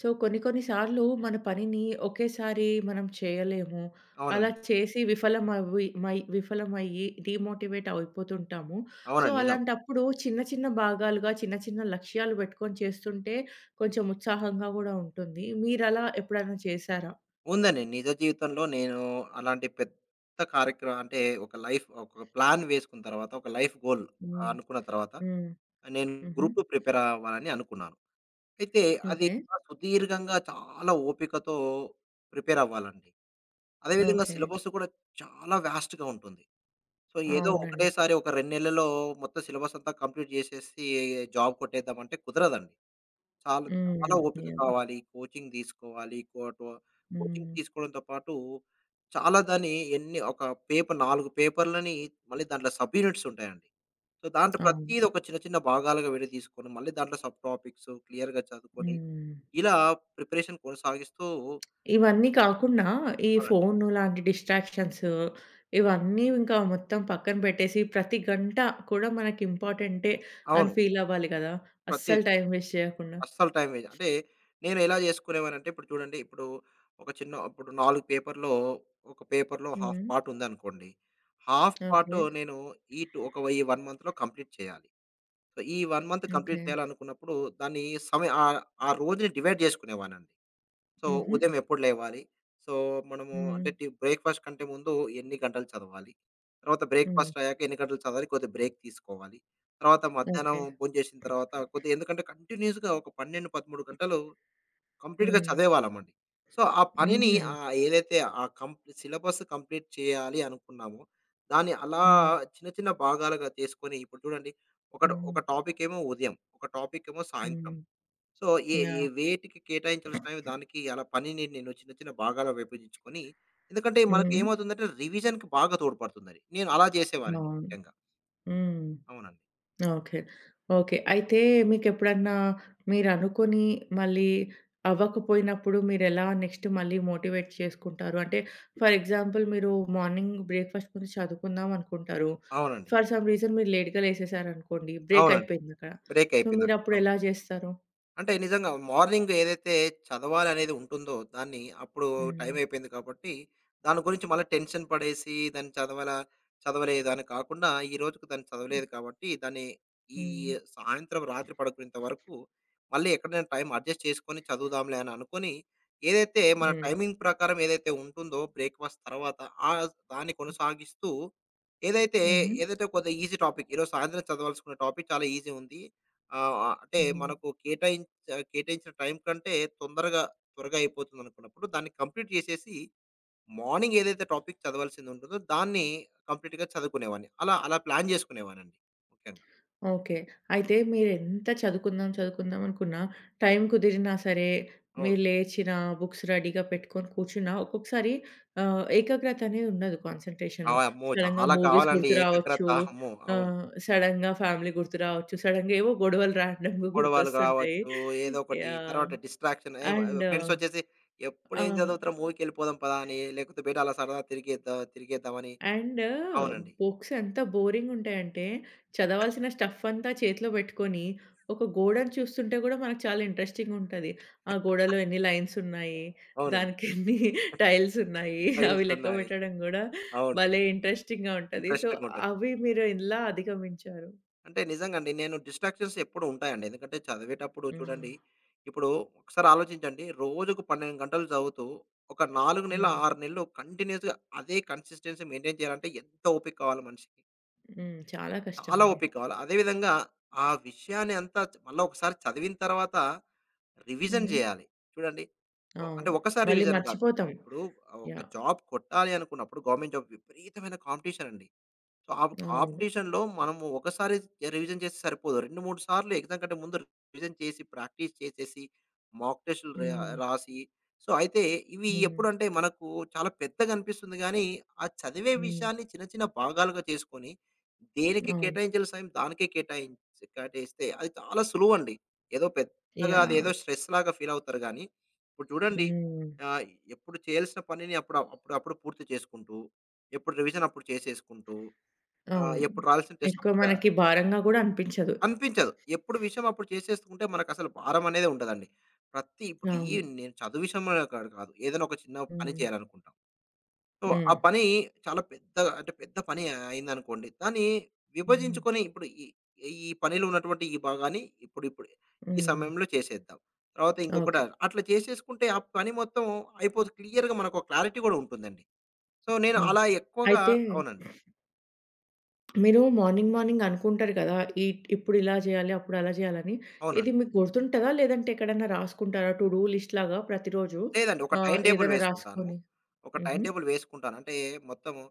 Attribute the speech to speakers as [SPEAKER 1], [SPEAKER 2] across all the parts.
[SPEAKER 1] So, కొన్ని కొన్ని సార్లు మన పనిని ఒకేసారి మనం చేయలేము. అలా
[SPEAKER 2] అవునండి.
[SPEAKER 1] చేసి విఫలమవ్వి మై విఫలమయ్యి డీమోటివేట్ అయిపోతుంటాము. సో,
[SPEAKER 2] నిజం.
[SPEAKER 1] అలాంటప్పుడు చిన్న చిన్న భాగాలుగా, చిన్న చిన్న లక్ష్యాలు పెట్టుకొని చేస్తుంటే కొంచెం ఉత్సాహంగా గూడా ఉంటుంది. మీరలా ఎప్పుడైనా చేశారా?
[SPEAKER 2] ఉందండి. నిజ జీవితంలో నేను అలాంటి పెద్ద కార్యక్రమం అంటే ఒక లైఫ్ ఒక ప్లాన్ వేసుకున్న తర్వాత, ఒక లైఫ్ గోల్
[SPEAKER 1] హ్మ్.
[SPEAKER 2] అనుకున్న తర్వాత
[SPEAKER 1] హ్మ్.
[SPEAKER 2] నేను
[SPEAKER 1] హుహు.
[SPEAKER 2] గ్రూప్ 2 ప్రిపేర్ అవ్వాలని అనుకున్నాను. అయితే అది
[SPEAKER 1] ఓకే.
[SPEAKER 2] సుదీర్ఘంగా చాలా ఓపికతో ప్రిపేర్ అవ్వాలండి. అదేవిధంగా
[SPEAKER 1] ఓకే.
[SPEAKER 2] సిలబస్ కూడా చాలా వాస్ట్‌గా ఉంటుంది. సో, ఏదో
[SPEAKER 1] అవునండి.
[SPEAKER 2] ఒకటేసారి ఒక 2 నెలల్లో మొత్తం సిలబస్ అంతా కంప్లీట్ చేసేసి జాబ్ కొట్టేద్దామంటే కుదరదండి. చాలా,
[SPEAKER 1] హ్మ్.
[SPEAKER 2] చాలా ఓపిక
[SPEAKER 1] యాహ్!
[SPEAKER 2] కావాలి. కోచింగ్ తీసుకోవాలి. కోచింగ్
[SPEAKER 1] హ్మ్.
[SPEAKER 2] తీసుకోవడంతో పాటు చాలా దాన్ని ఎన్ని ఒక పేపర్ 4 పేపర్‌లని మళ్ళీ దాంట్లో సబ్ యూనిట్స్ ఉంటాయండి. సో, దాంట్లో
[SPEAKER 1] అవును.
[SPEAKER 2] ప్రతీది ఒక చిన్న, చిన్న భాగాలుగా విడ తీసుకొని మళ్ళీ దాంట్లో సబ్ టాపిక్స్ క్లియర్‌గా చదువుకొని
[SPEAKER 1] హ్మ్.
[SPEAKER 2] ఇలా ప్రిపరేషన్ కొనసాగిస్తూ
[SPEAKER 1] ఇవన్నీ కాకుండా ఈ
[SPEAKER 2] అవునండి.
[SPEAKER 1] ఫోను లాంటి డిస్ట్రాక్షన్స్ ఇవన్నీ ఇంకా మొత్తం పక్కన పెట్టేసి ప్రతి గంట కూడా మనకి ఇంపార్టెంటే అని
[SPEAKER 2] అవును.
[SPEAKER 1] ఫీల్ అవ్వాలి కదా!
[SPEAKER 2] ప్రతీది.
[SPEAKER 1] అస్సలు టైం వేస్ట్ చేయకుండా.
[SPEAKER 2] అస్సలు టైం వేస్ట్. అంటే నేను ఎలా చేసుకునేవానంటే ఇప్పుడు చూడండి, ఇప్పుడు ఒక చిన్న ఇప్పుడు 4 పేపర్‌లో ఒక పేపర్‌లో హాఫ్
[SPEAKER 1] హ్మ్.
[SPEAKER 2] పార్ట్ ఉందనుకోండి. Half part
[SPEAKER 1] okay.
[SPEAKER 2] నేను ఈ టు ఒక ఈ 1 మంత్‌లో కంప్లీట్ చేయాలి. సో, ఈ 1 మంత్ కంప్లీట్
[SPEAKER 1] ఓకే.
[SPEAKER 2] చేయాలనుకున్నప్పుడు దాన్ని సమయ ఆ రోజుని డివైడ్ చేసుకునేవానండి. సో,
[SPEAKER 1] హుహు.
[SPEAKER 2] ఉదయం ఎప్పుడు లేవాలి? సో, మనము
[SPEAKER 1] హ్మ్.
[SPEAKER 2] అంటే టి బ్రేక్‌ఫాస్ట్ కంటే ముందు ఎన్ని గంటలు చదవాలి? తర్వాత
[SPEAKER 1] హ్మ్.
[SPEAKER 2] బ్రేక్‌ఫాస్ట్ అయ్యాక ఎన్ని గంటలు చదవాలి? కొద్దిగా బ్రేక్ తీసుకోవాలి. తర్వాత మధ్యాహ్నం
[SPEAKER 1] ఓకే.
[SPEAKER 2] భోంచేసిన తర్వాత కొద్దిగా ఎందుకంటే కంటిన్యూయస్‌గా ఒక 12, 13 గంటలు కంప్లీట్‌గా
[SPEAKER 1] హ్మ్.
[SPEAKER 2] చదివేవాళ్ళమండి. సో, ఆ పనిని
[SPEAKER 1] హుహు.
[SPEAKER 2] ఏదైతే ఆ కంప్ సిలబస్ కంప్లీట్ చేయాలి అనుకున్నామో, దాన్ని అలా
[SPEAKER 1] హ్మ్.
[SPEAKER 2] చిన్న చిన్న భాగాలుగా చేసుకొని ఇప్పుడు చూడండి ఒక,
[SPEAKER 1] హ్మ్.
[SPEAKER 2] ఒక టాపిక్ ఏమో ఉదయం, ఒక టాపిక్ ఏమో సాయంత్రం.
[SPEAKER 1] హ్మ్.
[SPEAKER 2] సో, ఏ ఏ
[SPEAKER 1] యాహ్!
[SPEAKER 2] వేటికి కేటాయించాల్సినవి దానికి అలా పనిని నేను చిన్న చిన్న భాగాలుగా విభజించుకొని ఎందుకంటే మనకి
[SPEAKER 1] హ్మ్.
[SPEAKER 2] ఏమవుతుందంటే రివిజన్‌కి బాగా తోడ్పడుతుందది. నేను అలా చేసేవాడిని
[SPEAKER 1] అవును.
[SPEAKER 2] ముఖ్యంగా.
[SPEAKER 1] హ్మ్.
[SPEAKER 2] అవునండి.
[SPEAKER 1] ఓకే. ఓకే. అయితే మీకెప్పుడన్నా మీరనుకోని మళ్ళీ అవ్వకపోయినప్పుడు మీరెలా నెక్స్ట్ మళ్ళీ మోటివేట్ చేసుకుంటారు? అంటే ఫర్ ఎగ్జాంపుల్ మీరు మార్నింగ్ బ్రేక్‌ఫాస్ట్ గురించి చదువుకుందాం అనుకుంటారు.
[SPEAKER 2] అవునండి.
[SPEAKER 1] ఫర్ సమ్ రీజన్ మీరు లేట్‌గా లేసేసారనుకోండి. బ్రేక్
[SPEAKER 2] అవునండి.
[SPEAKER 1] అయిపోయిందక్కడ.
[SPEAKER 2] Break
[SPEAKER 1] so,
[SPEAKER 2] అయిపోయిందక్కడ.
[SPEAKER 1] మీరప్పుడు
[SPEAKER 2] అవును.
[SPEAKER 1] ఎలా జేస్తారు?
[SPEAKER 2] అంటే నిజంగా మార్నింగ్ ఏదైతే చదవాలి అనేది ఉంటుందో దాన్ని అప్పుడు
[SPEAKER 1] హ్మ్.
[SPEAKER 2] టైం అయిపోయింది కాబట్టి దాని గురించి మళ్ళీ టెన్షన్ పడేసి దాన్ని చదవాలా చదవలేదు అని కాకుండా ఈ రోజుకు దాన్ని చదవలేదు కాబట్టి దాన్ని ఈ
[SPEAKER 1] హ్మ్.
[SPEAKER 2] సాయంత్రం రాత్రి పడుకునేంత వరకు మళ్ళీ ఎక్కడైనా టైం అడ్జస్ట్ చేసుకొని చదువుదాంలే అని అనుకొని ఏదైతే మన
[SPEAKER 1] హ్మ్.
[SPEAKER 2] టైమింగ్ ప్రకారం ఏదైతే ఉంటుందో బ్రేక్ఫాస్ట్ తర్వాత ఆ దాన్ని
[SPEAKER 1] హ్మ్.
[SPEAKER 2] కొనసాగిస్తూ ఏదైతే
[SPEAKER 1] హుహు.
[SPEAKER 2] ఏదైతే కొంత ఈజీ టాపిక్ ఈరోజు సాయంత్రం చదవాల్సుకున్న టాపిక్ చాలా ఈజీ ఉంది ఆ, అంటే
[SPEAKER 1] హ్మ్.
[SPEAKER 2] మనకు కేటాయించిన కేటాయించిన టైం కంటే తొందరగా త్వరగా అయిపోతుందనుకున్నప్పుడు దాన్ని కంప్లీట్ చేసేసి మార్నింగ్ ఏదైతే టాపిక్ చదవాల్సింది ఉంటుందో దాన్ని కంప్లీట్‌గా చదువుకునేవాడిని. అలా అలా ప్లాన్ చేసుకునేవాడినండి ముఖ్యంగా.
[SPEAKER 1] ఓకే. అయితే మీరెంత చదువుకుందాం, చదువుకుందాం అనుకున్నా, టైం కుదిరినా సరే,
[SPEAKER 2] అవును.
[SPEAKER 1] మీరు లేచినా, బుక్స్ రెడీగా పెట్టుకొని కూర్చున్నా, ఒక్కొక్కసారి ఏకాగ్రత అనేది ఉండదు.
[SPEAKER 2] ఆ!
[SPEAKER 1] కాన్సంట్రేషను.
[SPEAKER 2] అమ్మో!
[SPEAKER 1] సడెన్‌గా
[SPEAKER 2] చాలా
[SPEAKER 1] మూవీస్
[SPEAKER 2] కావాలండి
[SPEAKER 1] గుర్తు
[SPEAKER 2] ఏకాగ్రత.
[SPEAKER 1] రావచ్చు.
[SPEAKER 2] అమ్మో! అవును.
[SPEAKER 1] సడెన్‌గా ఫ్యామిలీ గుర్తు రావచ్చు. సడెన్‌గా ఏవో గొడవలు ర్యాండమ్‌గా
[SPEAKER 2] గొడవలు
[SPEAKER 1] గుర్తొస్తుంటాయి.
[SPEAKER 2] కావచ్చు, ఏదో ఒకటి
[SPEAKER 1] యాహ్!
[SPEAKER 2] తర్వాత డిస్ట్రాక్షన్ ఏమో
[SPEAKER 1] అండ్
[SPEAKER 2] ఫ్రెండ్స్ వచ్చేసి ఎప్పుడు
[SPEAKER 1] ఆ!
[SPEAKER 2] ఏం చదువుతారా మూవీకెళ్ళిపోదాం పదా అని, లేకపోతే బయట అలా సరదా తిరిగేద్దామని
[SPEAKER 1] అండ్
[SPEAKER 2] అవునండి.
[SPEAKER 1] బుక్స్ ఎంత బోరింగుంటాయంటే, చదవాల్సిన స్టఫ్ అంతా చేతిలో బెట్టుకొని, ఒక గోడను చూస్తుంటే గూడా మనకు చాలా ఇంట్రెస్టింగుంటది. ఆ గోడలో ఎన్ని లైన్సున్నాయి,
[SPEAKER 2] అవునండి.
[SPEAKER 1] దానికి ఎన్ని టైల్సున్నాయి, అవి
[SPEAKER 2] ఫైల్స్
[SPEAKER 1] లెక్క
[SPEAKER 2] ఉన్నాయి.
[SPEAKER 1] బెట్టడం గూడా
[SPEAKER 2] అవును.
[SPEAKER 1] భలే ఇంట్రెస్టింగ్‌గా ఉంటది. సో,
[SPEAKER 2] ఇంట్రెస్టింగ్‌గా ఉంటది.
[SPEAKER 1] అవి మీరు ఎలా అధిగమించారు?
[SPEAKER 2] అంటే నిజంగండి. నేను డిస్ట్రాక్షన్స్ ఎప్పుడూ ఉంటాయండి. ఎందుకంటే చదివేటప్పుడు
[SPEAKER 1] హ్మ్.
[SPEAKER 2] చూడండి, ఇప్పుడు ఒకసారి ఆలోచించండి. రోజుకు 12 గంటలు చదువుతూ, ఒక 4 నెలలు,
[SPEAKER 1] హ్మ్.
[SPEAKER 2] 6 నెలలు కంటిన్యూయస్‌గా అదే కన్సిస్టెన్సీ మెయింటైన్ చేయాలంటే ఎంత ఓపిక కావాలి మనిషికి.
[SPEAKER 1] హ్మ్. చాలా
[SPEAKER 2] చాలా
[SPEAKER 1] కష్టమండి.
[SPEAKER 2] ఓపిక కావాలి. అదే విధంగా ఆ విషయాన్ని అంతా మళ్ళా ఒకసారి చదివిన తర్వాత రివిజన్
[SPEAKER 1] హ్మ్.
[SPEAKER 2] చేయాలి. చూడండి, ఓహ్, అంటే
[SPEAKER 1] అవును.
[SPEAKER 2] ఒక్కసారి
[SPEAKER 1] మళ్ళీ
[SPEAKER 2] రివిజన్ కాదు.
[SPEAKER 1] మర్చిపోతాం.
[SPEAKER 2] ఇప్పుడు ఒక
[SPEAKER 1] యాహ్!
[SPEAKER 2] జాబ్ కొట్టాలి అనుకున్నప్పుడు గవర్నమెంట్ జాబ్ విపరీతమైన కాంపిటీషన్ అండి. సో, ఆ
[SPEAKER 1] అవును.
[SPEAKER 2] కాంపిటీషన్‌లో మనము ఒకసారి రివిజన్ చేస్తే సరిపోదు. 2, 3 సార్లు ఎగ్జామ్ కంటే ముందు రివిజన్ చేసి, ప్రాక్టీస్ చేసేసి, మాక్ టెస్ట్‌లు
[SPEAKER 1] హ్మ్.
[SPEAKER 2] రాసి సో, అయితే ఇవి
[SPEAKER 1] హ్మ్.
[SPEAKER 2] ఎప్పుడంటే మనకు చాలా పెద్దగా అనిపిస్తుంది గానీ, ఆ చదివే
[SPEAKER 1] హ్మ్.
[SPEAKER 2] విషయాన్ని చిన్న చిన్న భాగాలుగా చేసుకొని, దేనికి
[SPEAKER 1] అవును.
[SPEAKER 2] కేటాయించిన సమయం దానికే కేటాయిస్తే అది చాలా సులువండి. ఏదో పెద్దగా
[SPEAKER 1] యాహ్!
[SPEAKER 2] అదేదో స్ట్రెస్‌లాగా ఫీల్ అవుతారు గానీ, ఇప్పుడు చూడండి
[SPEAKER 1] హ్మ్.
[SPEAKER 2] ఆహ్, ఎప్పుడు చేయాల్సిన పనిని అప్పుడు అప్పుడప్పుడు పూర్తి చేసుకుంటూ, ఎప్పుడు రివిజన్ అప్పుడు చేసేసుకుంటూ ఆ!
[SPEAKER 1] అవును.
[SPEAKER 2] ఎప్పుడు రావాల్సిన టెస్ట్
[SPEAKER 1] ఎక్కువ
[SPEAKER 2] అప్పుడు రా
[SPEAKER 1] మనకి భారంగా గూడా అనిపించదు.
[SPEAKER 2] అనిపించదు. ఎప్పుడు విషయం అప్పుడు చేసేసుకుంటే మనకసలు భారం అనేది ఉండదండి. ప్రతి ఇప్పుడు ఈ
[SPEAKER 1] అవును.
[SPEAKER 2] నేను చదువు విషయంలో కాదు కాదు. ఏదైనా ఒక చిన్న పని
[SPEAKER 1] హ్మ్.
[SPEAKER 2] చేయాలనుకుంటాం. సో, ఆ
[SPEAKER 1] హ్మ్.
[SPEAKER 2] పని చాలా పెద్ద అంటే పెద్ద పని అయిందనుకోండి. దాన్ని
[SPEAKER 1] హ్మ్.
[SPEAKER 2] విభజించుకొని ఇప్పుడు ఈ ఈ పనిలో ఉన్నటువంటి ఈ భాగాన్ని ఇప్పుడు ఇప్పుడు ఈ
[SPEAKER 1] హ్మ్.
[SPEAKER 2] సమయంలో చేసేద్దాం. తర్వాత ఇంకొకటి
[SPEAKER 1] ఓకే.
[SPEAKER 2] అట్లా చేసేసుకుంటే ఆ పని మొత్తం అయిపోదు. క్లియర్‌గా మనకు ఒక క్లారిటీ కూడా ఉంటుందండి. సో, నేను
[SPEAKER 1] ఓకే.
[SPEAKER 2] అలా ఎక్కువగా
[SPEAKER 1] అయితే
[SPEAKER 2] అవునండి.
[SPEAKER 1] మీరు మార్నింగ్, మార్నింగ్ అనుకుంటారు కదా! ఈ ఇప్పుడు ఇలా చేయాలి, అప్పుడు అలా చేయాలని. ఇది
[SPEAKER 2] అవునండి.
[SPEAKER 1] మీకు గుర్తుంటదా? లేదంటే ఎక్కడైనా రాసుకుంటారా? టు డూ లిస్ట్ లాగా ప్రతిరోజు
[SPEAKER 2] లేదండి. ఒక టైమ్ టేబుల్
[SPEAKER 1] ఏదైనా
[SPEAKER 2] వేసుకుంటాను.
[SPEAKER 1] రాసుకొని
[SPEAKER 2] ఒక టైమ్
[SPEAKER 1] హుహు.
[SPEAKER 2] టేబుల్ వేసుకుంటాను. అంటే మొత్తము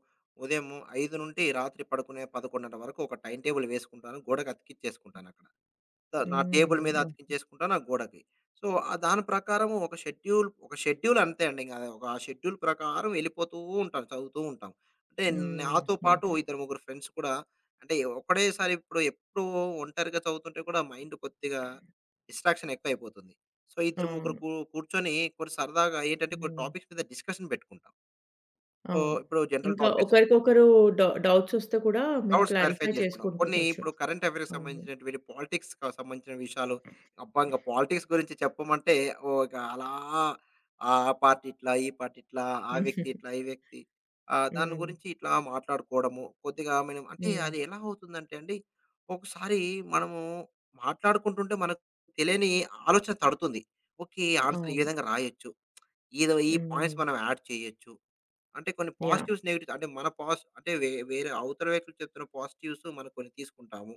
[SPEAKER 2] ఉదయము 5 నుండి రాత్రి పడుకునే 11:30 వరకు ఒక టైమ్ టేబుల్ వేసుకుంటాను. గోడకి అతికిచ్చేసుకుంటానక్కడ. నా టేబుల్ మీద
[SPEAKER 1] హ్మ్. ఓహ్!
[SPEAKER 2] అతికించేసుకుంటా నా గోడకి. సో, ఆ దాని ప్రకారం ఒక షెడ్యూల్ అంతే అండి. ఇంగ ఒక ఆ షెడ్యూల్ ప్రకారం వెళ్ళిపోతూ ఉంటాం. చదువుతూ ఉంటాం. అంటే
[SPEAKER 1] హ్మ్.
[SPEAKER 2] నాతో పాటు
[SPEAKER 1] ఓకే.
[SPEAKER 2] ఇద్దరు, ముగ్గురు ఫ్రెండ్స్ కూడా అంటే ఒకడేసారి ఇప్పుడు ఎప్పుడూ ఒంటరిగా చదువుతుంటే కూడా మైండ్ కొద్దిగా డిస్ట్రాక్షన్ ఎక్కువైపోతుంది. సో, ఇద్దరు, ముగ్గురు
[SPEAKER 1] అవును.
[SPEAKER 2] కూర్చొని కొన్ని సరదాగా ఏంటంటే కొన్ని
[SPEAKER 1] హ్మ్.
[SPEAKER 2] టాపిక్స్ మీద డిస్కషన్ పెట్టుకుంటాం. సో,
[SPEAKER 1] అవును.
[SPEAKER 2] ఇప్పుడు జనరల్
[SPEAKER 1] ఇంకా
[SPEAKER 2] టాపిక్స్
[SPEAKER 1] ఒకరికొకరు డౌట్స్ వస్తే కూడా మీరు
[SPEAKER 2] డౌట్స్ క్లారిఫై
[SPEAKER 1] క్లారిఫై
[SPEAKER 2] చేసుకున్నాం. కొన్ని
[SPEAKER 1] చేసుకుంటుండొచ్చు.
[SPEAKER 2] ఇప్పుడు కరెంట్ అఫైర్‌కి
[SPEAKER 1] అవును.
[SPEAKER 2] సంబంధించినటువంటి పాలిటిక్స్‌కి సంబంధించిన విషయాలు, అబ్బా! ఇంక పాలిటిక్స్ గురించి చెప్పమంటే ఓహ్! ఇక అలా ఆ పార్టీ ఇట్లా, ఈ పార్టీ ఇట్లా, ఆ వ్యక్తి
[SPEAKER 1] హ్మ్.
[SPEAKER 2] ఇట్లా, ఈ వ్యక్తి దాని
[SPEAKER 1] హ్మ్.
[SPEAKER 2] గురించి ఇట్లా మాట్లాడుకోవడము. కొద్దిగా మనం అంటే
[SPEAKER 1] హ్మ్.
[SPEAKER 2] అది ఎలా అవుతుందంటే అండి, ఒకసారి మనము మాట్లాడుకుంటుంటే మనకు తెలియని ఆలోచన తడుతుంది. ఓకే. ఆన్సర్ ఈ
[SPEAKER 1] అవును.
[SPEAKER 2] విధంగా రాయొచ్చు. ఈదో ఈ
[SPEAKER 1] హ్మ్.
[SPEAKER 2] పాయింట్స్ మనం యాడ్ చేయొచ్చు. అంటే కొన్ని
[SPEAKER 1] యాహ్!
[SPEAKER 2] పాజిటివ్స్, నెగెటివ్స్ అంటే మన పాస్ అంటే వేరే అవతల వ్యక్తులు చెప్తున్న పాజిటివ్స్ మనం కొన్ని తీసుకుంటాము.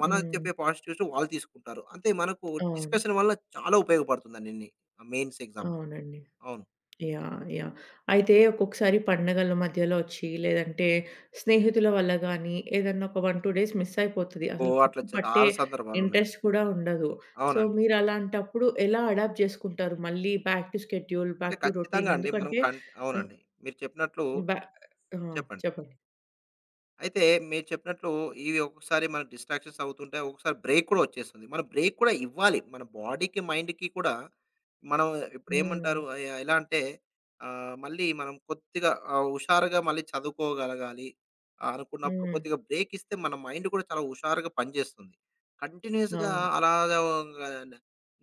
[SPEAKER 2] మనం
[SPEAKER 1] హ్మ్.
[SPEAKER 2] చెప్పే పాజిటివ్స్ వాళ్ళు తీసుకుంటారు. అంతే మనకు
[SPEAKER 1] అవును.
[SPEAKER 2] డిస్కషన్ వల్ల చాలా ఉపయోగపడుతుందండి ని మెయిన్స్ ఎగ్జామ్‌లో.
[SPEAKER 1] అవునండి.
[SPEAKER 2] అవును.
[SPEAKER 1] యాహ్! యాహ్! అయితే ఒక్కొక్కసారి పండగల మధ్యలో వచ్చి, లేదంటే స్నేహితుల వల్ల గానీ, ఏదన్నా ఒక 1, 2 డేస్ మిస్ అయిపోతది. అసలు
[SPEAKER 2] ఓహ్! అట్లా
[SPEAKER 1] బుక్ పట్టే
[SPEAKER 2] చాలా సందర్భాలున్నాయండి.
[SPEAKER 1] ఇంట్రెస్ట్ కూడా ఉండదు. సో,
[SPEAKER 2] అవునండి.
[SPEAKER 1] మీరలాంటప్పుడు ఎలా అడాప్ట్ చేసుకుంటారు? మళ్ళీ బ్యాక్ టు షెడ్యూల్,
[SPEAKER 2] అంటే
[SPEAKER 1] బ్యాక్ టు
[SPEAKER 2] ఖచ్చితంగా
[SPEAKER 1] రొటీన్
[SPEAKER 2] అండి మనం
[SPEAKER 1] ఎందుకంటే ఆహ్,
[SPEAKER 2] అవునండి. మీరు చెప్పినట్లు
[SPEAKER 1] బ్యా ఆ!
[SPEAKER 2] చెప్పండి.
[SPEAKER 1] చెప్పండి.
[SPEAKER 2] అయితే మీరు చెప్పినట్లు ఇవి ఒక్కొక్కసారి మనకు డిస్ట్రాక్షన్స్ అవుతుంటాయి. ఒక్కొక్కసారి బ్రేక్ కూడా వచ్చేస్తుంది. మనం బ్రేక్ కూడా ఇవ్వాలి. మన బాడీకి, మైండ్‌కి కూడా మనం ఇప్పుడేమంటారు
[SPEAKER 1] హ్మ్.
[SPEAKER 2] ఆహ్, ఎ ఎలా అంటే మళ్ళీ మనం కొద్దిగా హుషారుగా మళ్ళీ చదువుకోగలగాలి అనుకున్నప్పుడు
[SPEAKER 1] హ్మ్.
[SPEAKER 2] కొద్దిగా బ్రేక్ ఇస్తే మన మైండ్ కూడా చాలా హుషారుగా పనిచేస్తుంది. కంటిన్యూయస్‌గా
[SPEAKER 1] అవును.
[SPEAKER 2] అలాగా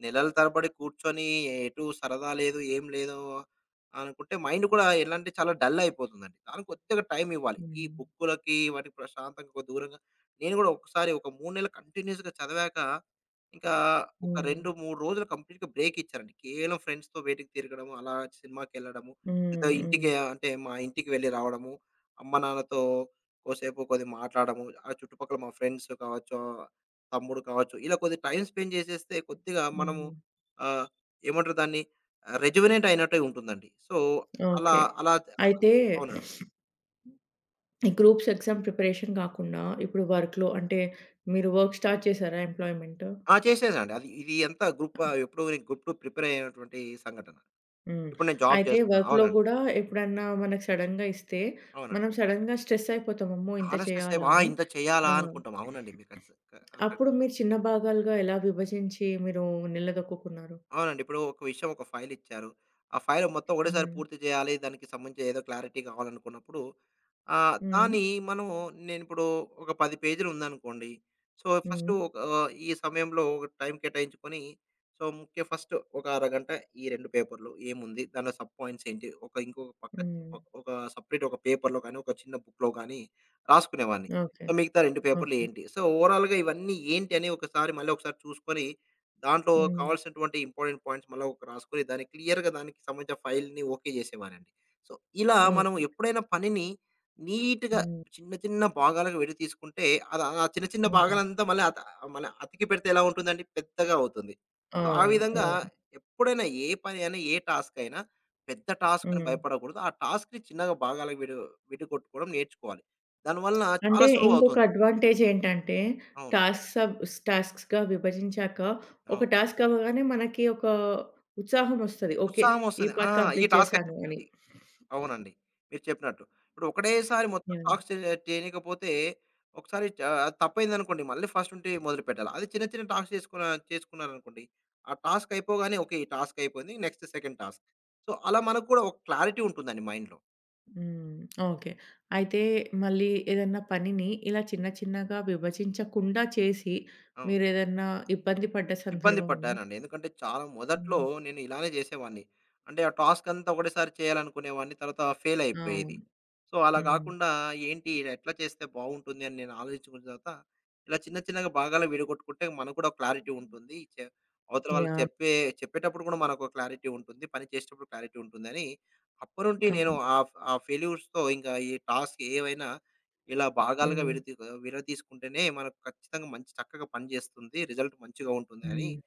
[SPEAKER 2] నెలల తరబడి కూర్చొని ఎటు సరదా లేదు, ఏం లేదు అనుకుంటే మైండ్ కూడా ఎలా అంటే చాలా డల్ అయిపోతుందండి. దానికి కొద్దిగా టైమ్ ఇవ్వాలి. ఈ
[SPEAKER 1] హ్మ్.
[SPEAKER 2] బుక్కులకి వాటికి ప్రశాంతంగా కొద్ది దూరంగా నేను కూడా ఒకసారి ఒక 3 నెలలు కంటిన్యూయస్‌గా చదివాక ఇంకా ఒక
[SPEAKER 1] హ్మ్.
[SPEAKER 2] 2, 3 రోజులు కంప్లీట్‌గా బ్రేక్ ఇచ్చారండి. కేవలం ఫ్రెండ్స్‌తో బయటికి తిరగడం, అలా సినిమాకెళ్ళడము, లేదా
[SPEAKER 1] హ్మ్. హ్మ్.
[SPEAKER 2] ఇంటికి అంటే మా ఇంటికి వెళ్లి రావడము, అమ్మ నాన్నతో కోసేపు కొద్దిగా మాట్లాడము, ఆ చుట్టుపక్కల మా ఫ్రెండ్స్ కావచ్చు, తమ్ముడు కావచ్చు, ఇలా కొద్దిగా టైమ్ స్పెండ్ చేసేస్తే కొద్దిగా మనము
[SPEAKER 1] హ్మ్.
[SPEAKER 2] ఆహ్, ఏమంటారు దాన్ని రెజొనెట్ అయినట్టే ఉంటుందండి. సో, అలా
[SPEAKER 1] ఓకే.
[SPEAKER 2] అలా
[SPEAKER 1] అయితే
[SPEAKER 2] అవునండి.
[SPEAKER 1] ఈ గ్రూప్స్ ఎగ్జామ్ ప్రిపరేషన్ కాకుండా ఇప్పుడు వర్క్‌లో అంటే మీరు వర్క్ స్టార్ట్ చేసారా ఎంప్లాయ్‌మెంట్?
[SPEAKER 2] ఆ! చేసేసానండి. అది ఇది ఎంత గ్రూప్ ఎప్పుడు నేను గ్రూప్ 2 ప్రిపేర్ అయ్యేటువంటి సంఘటన.
[SPEAKER 1] హ్మ్.
[SPEAKER 2] ఇప్పుడు నేను జాబ్
[SPEAKER 1] అయితే
[SPEAKER 2] చేస్తున్నాను.
[SPEAKER 1] వర్క్‌లో
[SPEAKER 2] అవునండి.
[SPEAKER 1] గూడా ఎప్పుడన్నా మనకు సడెన్‌గా ఇస్తే
[SPEAKER 2] అవునండి.
[SPEAKER 1] మనం సడెన్‌గా స్ట్రెస్ అయిపోతాం. అమ్మో! ఇంత
[SPEAKER 2] చాలా స్ట్రెస్ అయిపో
[SPEAKER 1] చేయాలా
[SPEAKER 2] ఆ!
[SPEAKER 1] అని.
[SPEAKER 2] ఇంత చేయాలా
[SPEAKER 1] ఆ!
[SPEAKER 2] అనుకుంటాం. అవునండి. మీరు ఖచ్చిత క
[SPEAKER 1] అప్పుడు మీరు చిన్న భాగాలుగా ఎలా విభజించి మీరు నిలదొక్కుకున్నారు?
[SPEAKER 2] అవునండి. ఇప్పుడు ఒక విషయం ఒక ఫైలిచ్చారు. ఆ ఫైల్ మొత్తం ఒకటేసారి
[SPEAKER 1] హ్మ్.
[SPEAKER 2] పూర్తి చేయాలి. దానికి సంబంధించి ఏదో క్లారిటీ కావాలనుకున్నప్పుడు
[SPEAKER 1] హ్మ్.
[SPEAKER 2] దాన్ని మనం నేనిప్పుడు ఒక 10 పేజీలు ఉందనుకోండి. సో, ఫస్ట్
[SPEAKER 1] హ్మ్.
[SPEAKER 2] ఒక ఈ సమయంలో ఒక టైం కేటాయించుకొని సో, ముఖ్య ఫస్ట్ ఒక అరగంట ఈ 2 పేపర్‌లు ఏముంది? దానిలో సబ్ పాయింట్స్ ఏంటి? ఒక ఇంకొక పక్క
[SPEAKER 1] హ్మ్.
[SPEAKER 2] ఒక సెపరేట్ ఒక పేపర్‌లో గాని, ఒక చిన్న బుక్‌లో గాని రాసుకునేవాడిని.
[SPEAKER 1] ఓకే.
[SPEAKER 2] సో, మిగతా 2 పేపర్‌లు
[SPEAKER 1] ఓకే.
[SPEAKER 2] ఏంటి? సో, ఓవరాల్‌గా ఇవన్నీ ఏంటి అని ఒకసారి మళ్ళీ ఒకసారి చూసుకొని దాంట్లో
[SPEAKER 1] హ్మ్.
[SPEAKER 2] కావాల్సినటువంటి ఇంపార్టెంట్ పాయింట్స్ మళ్ళా ఒక రాసుకొని దాన్ని క్లియర్‌గా దానికి సంబంధించిన ఫైల్‌ని ఓకే జేసేవారండి. సో, ఇలా మనం
[SPEAKER 1] ఓకే.
[SPEAKER 2] ఎప్పుడైనా పనిని నీట్‌గా
[SPEAKER 1] హ్మ్.
[SPEAKER 2] చిన్న చిన్న భాగాలుగా విడి తీసుకుంటే అది ఆ చిన్న చిన్న
[SPEAKER 1] హ్మ్.
[SPEAKER 2] భాగాలంతా మళ్ళీ మన అతికి పెడితే ఎలా ఉంటుందండి? పెద్దగా అవుతుంది. సో, ఆ
[SPEAKER 1] అవును.
[SPEAKER 2] విధంగా
[SPEAKER 1] అవును.
[SPEAKER 2] ఎప్పుడైనా ఏ పని అయినా, ఏ టాస్క్ అయినా పెద్ద టాస్క్ అని
[SPEAKER 1] హ్మ్.
[SPEAKER 2] భయపడకూడదు. ఆ టాస్క్‌ని చిన్నగా భాగాలకు విడగొట్టుకోవడం నేర్చుకోవాలి. దానివల్ల
[SPEAKER 1] అంటే
[SPEAKER 2] చాలా
[SPEAKER 1] ఇంకొక
[SPEAKER 2] సులువవుతుంది.
[SPEAKER 1] అడ్వాంటేజ్ ఏంటంటే,
[SPEAKER 2] అవును.
[SPEAKER 1] టాస్క్స్ సబ్ టాస్క్స్‌గా విభజించాక,
[SPEAKER 2] అవును.
[SPEAKER 1] ఒక టాస్క్ అవ్వగానే మనకి ఒక ఉత్సాహం ఒస్తది. ఓకే.
[SPEAKER 2] ఉత్సాహం
[SPEAKER 1] ఈ
[SPEAKER 2] వస్తది. ఆ!
[SPEAKER 1] పార్ట్
[SPEAKER 2] ఈ
[SPEAKER 1] కంప్లీట్
[SPEAKER 2] టాస్క్
[SPEAKER 1] చేశాను అని.
[SPEAKER 2] అయిపోయింది. అవునండి. మీరు చెప్పినట్టు. ఇప్పుడు ఒకటేసారి మొత్తం
[SPEAKER 1] యాహ్!
[SPEAKER 2] టాస్క్ చేయనీయకపోతే ఒకసారి అది తప్పయిందనుకోండి. మళ్ళీ ఫస్ట్ నుంటి మొదలుపెట్టాలి. అది చిన్న చిన్న టాస్క్ చేసుకున్నారనుకోండి. ఆ టాస్క్ అయిపోగానే ఓకే. ఈ టాస్క్ అయిపోయింది. Next second task. సో, అలా మనకు కూడా ఒక క్లారిటీ ఉంటుందండి మైండ్‌లో.
[SPEAKER 1] హ్మ్. ఓకే. అయితే మళ్ళీ ఏదన్నా పనిని ఇలా చిన్న చిన్నగా విభజించకుండా చేసి,
[SPEAKER 2] అవును.
[SPEAKER 1] మీరేదన్నా ఇబ్బంది పడ్డ
[SPEAKER 2] ఇబ్బంది
[SPEAKER 1] సందర్భం ఉందా?
[SPEAKER 2] పడ్డానండి. ఎందుకంటే చాలా మొదట్లో
[SPEAKER 1] హ్మ్.
[SPEAKER 2] నేను ఇలానే చేసేవాడిని. అంటే ఆ టాస్క్ అంతా ఒకటేసారి చేయాలనుకునేవాడిని. తర్వాత ఫెయిల్
[SPEAKER 1] అవును.
[SPEAKER 2] అయిపోయేది. సో, అలా
[SPEAKER 1] హ్మ్.
[SPEAKER 2] గాకుండా ఏంటి ఇలా ఎట్లా చేస్తే బావుంటుంది అని నేను ఆలోచించుకున్న తర్వాత ఇలా చిన్న చిన్నగా భాగాలు విడగొట్టుకుంటే మనకు కూడా క్లారిటీ ఉంటుంది. అవతల వాళ్ళకి
[SPEAKER 1] యాహ్!
[SPEAKER 2] చెప్పేటప్పుడు కూడా మనకు క్లారిటీ ఉంటుంది. పని చేసేటప్పుడు క్లారిటీ ఉంటుందని అప్పటినుండి నేను
[SPEAKER 1] అవును.
[SPEAKER 2] ఆ ఫెయిల్యూర్స్‌తో ఇంకా ఈ టాస్క్ ఏవైనా ఇలా భాగాలుగా
[SPEAKER 1] హ్మ్.
[SPEAKER 2] విడదీసుకుంటేనే మనకు ఖచ్చితంగా మంచి చక్కగా పనిచేస్తుంది. రిజల్ట్ మంచిగా ఉంటుంది అని
[SPEAKER 1] హ్మ్.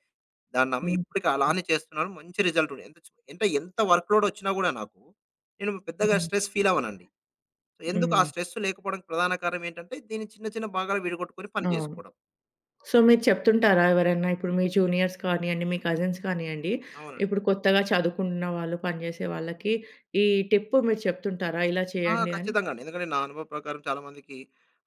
[SPEAKER 2] దాన్ని నమ్మి
[SPEAKER 1] హ్మ్.
[SPEAKER 2] ఇప్పటికి
[SPEAKER 1] హ్మ్.
[SPEAKER 2] అలానే చేస్తున్నాను. మంచి రిజల్ట్ ఉంది. ఎంత అంటే ఎంత వర్క్ లోడ్ వచ్చినా గూడా నాకు, నేను పెద్దగా
[SPEAKER 1] హ్మ్.
[SPEAKER 2] Stress feel అవ్వనండి. సో ఎందుకు ఆ
[SPEAKER 1] హ్మ్.
[SPEAKER 2] స్ట్రెస్ లేకపోవడానికి ప్రధాన కారణం ఏంటంటే, దీన్ని చిన్న చిన్న భాగాలు విడగొట్టుకొని పని
[SPEAKER 1] అవును.
[SPEAKER 2] జేసుకోవడం.
[SPEAKER 1] సో, మీరు చెప్తుంటారా ఎవరన్నా? ఇప్పుడు మీ జూనియర్స్ కానియండి, మీ కజిన్స్ కానియండి,
[SPEAKER 2] అవునండి.
[SPEAKER 1] ఇప్పుడు కొత్తగా చదువుకుంటున్న వాళ్ళు, పనిజేసే వాళ్ళకి ఈ టిప్పు మీరు చెప్తుంటారా? ఇలా
[SPEAKER 2] ఆ!
[SPEAKER 1] చేయండి అని?
[SPEAKER 2] ఖచ్చితంగాండి. ఎందుకంటే నా అనుభవ ప్రకారం చాలామందికి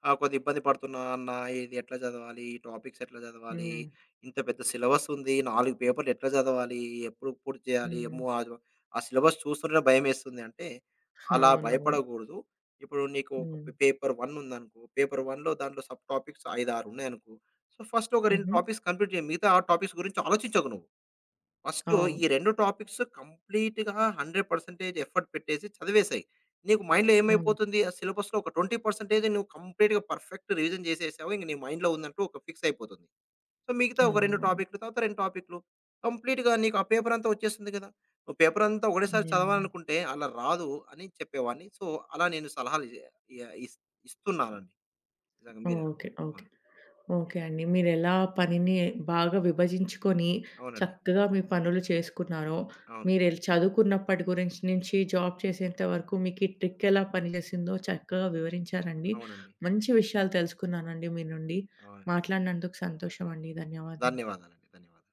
[SPEAKER 2] కొద్దిగా ఇబ్బంది పడుతున్నా అన్నా ఇది ఎట్లా చదవాలి? ఈ టాపిక్స్ ఎట్లా చదవాలి?
[SPEAKER 1] హ్మ్.
[SPEAKER 2] ఇంత పెద్ద సిలబస్ ఉంది. 4 పేపర్‌లు ఎట్లా చదవాలి? ఎప్పుడు పూర్తి చేయాలి?
[SPEAKER 1] హ్మ్.
[SPEAKER 2] అమ్మో! ఆ సిలబస్ చూస్తుంటేనే భయమేస్తుంది. అంటే అలా
[SPEAKER 1] అవునవును.
[SPEAKER 2] భయపడకూడదు. ఇప్పుడు నీకు ఒక
[SPEAKER 1] హ్మ్.
[SPEAKER 2] పేపర్ 1 ఉందనుకో. పేపర్ 1లో దాంట్లో సబ్ టాపిక్స్ 5, 6 ఉన్నాయనుకో. సో, ఫస్ట్ ఒక 2
[SPEAKER 1] హుహు.
[SPEAKER 2] టాపిక్స్ కంప్లీట్ చేయి. మిగతా ఆ టాపిక్స్ గురించి ఆలోచించకు నువ్వు. ఫస్టు
[SPEAKER 1] అవును.
[SPEAKER 2] ఈ 2 టాపిక్స్ కంప్లీట్‌గా 100% ఎఫర్ట్ పెట్టేసి చదివేసేయి. నీకు మైండ్‌లో
[SPEAKER 1] అవును.
[SPEAKER 2] ఏమైపోతుంది? ఆ సిలబస్‌లో ఒక 20% నువ్వు కంప్లీట్‌గా పర్ఫెక్ట్ రివిజన్ చేసేసావు. ఇంక నీ మైండ్‌లో ఉందంటూ ఒక ఫిక్స్ అయిపోతుంది. సో, మిగతా ఒక 2
[SPEAKER 1] అవునవును.
[SPEAKER 2] టాపిక్‌లు తర్వాత 2 టాపిక్‌లు కంప్లీట్‌గా నీకు ఆ పేపర్ అంతా వచ్చేస్తుంది కదా! నువ్వు పేపర్ అంతా ఒకటేసారి
[SPEAKER 1] యాహ్!
[SPEAKER 2] చదవాలనుకుంటే అలా రాదు అని చెప్పేవాడిని. సో, అలా నేను సలహాలు ఇ య ఇస్ ఇస్తున్నానండి. నిజంగా మీరు
[SPEAKER 1] ఓకే. ఓకే.
[SPEAKER 2] అవును.
[SPEAKER 1] ఓకే అండి. మీరెలా పనిని బాగా విభజించుకొని,
[SPEAKER 2] అవునండి.
[SPEAKER 1] చక్కగా మీ పనులు చేసుకున్నారో,
[SPEAKER 2] అవును.
[SPEAKER 1] మీరెల్ చదువుకున్నప్పటి గురించి నుంచి జాబ్ చేసేంత వరకు మీకీ ట్రిక్ ఎలా పనిచేసిందో చక్కగా వివరించారండి.
[SPEAKER 2] అవునండి.
[SPEAKER 1] మంచి విషయాలు తెలుసుకున్నానండి మీ నుండి.
[SPEAKER 2] అవును.
[SPEAKER 1] మాట్లాడినందుకు సంతోషం అండి. ధన్యవాదాలు.
[SPEAKER 2] ధన్యవాదాలండి. ధన్యవాదాలు.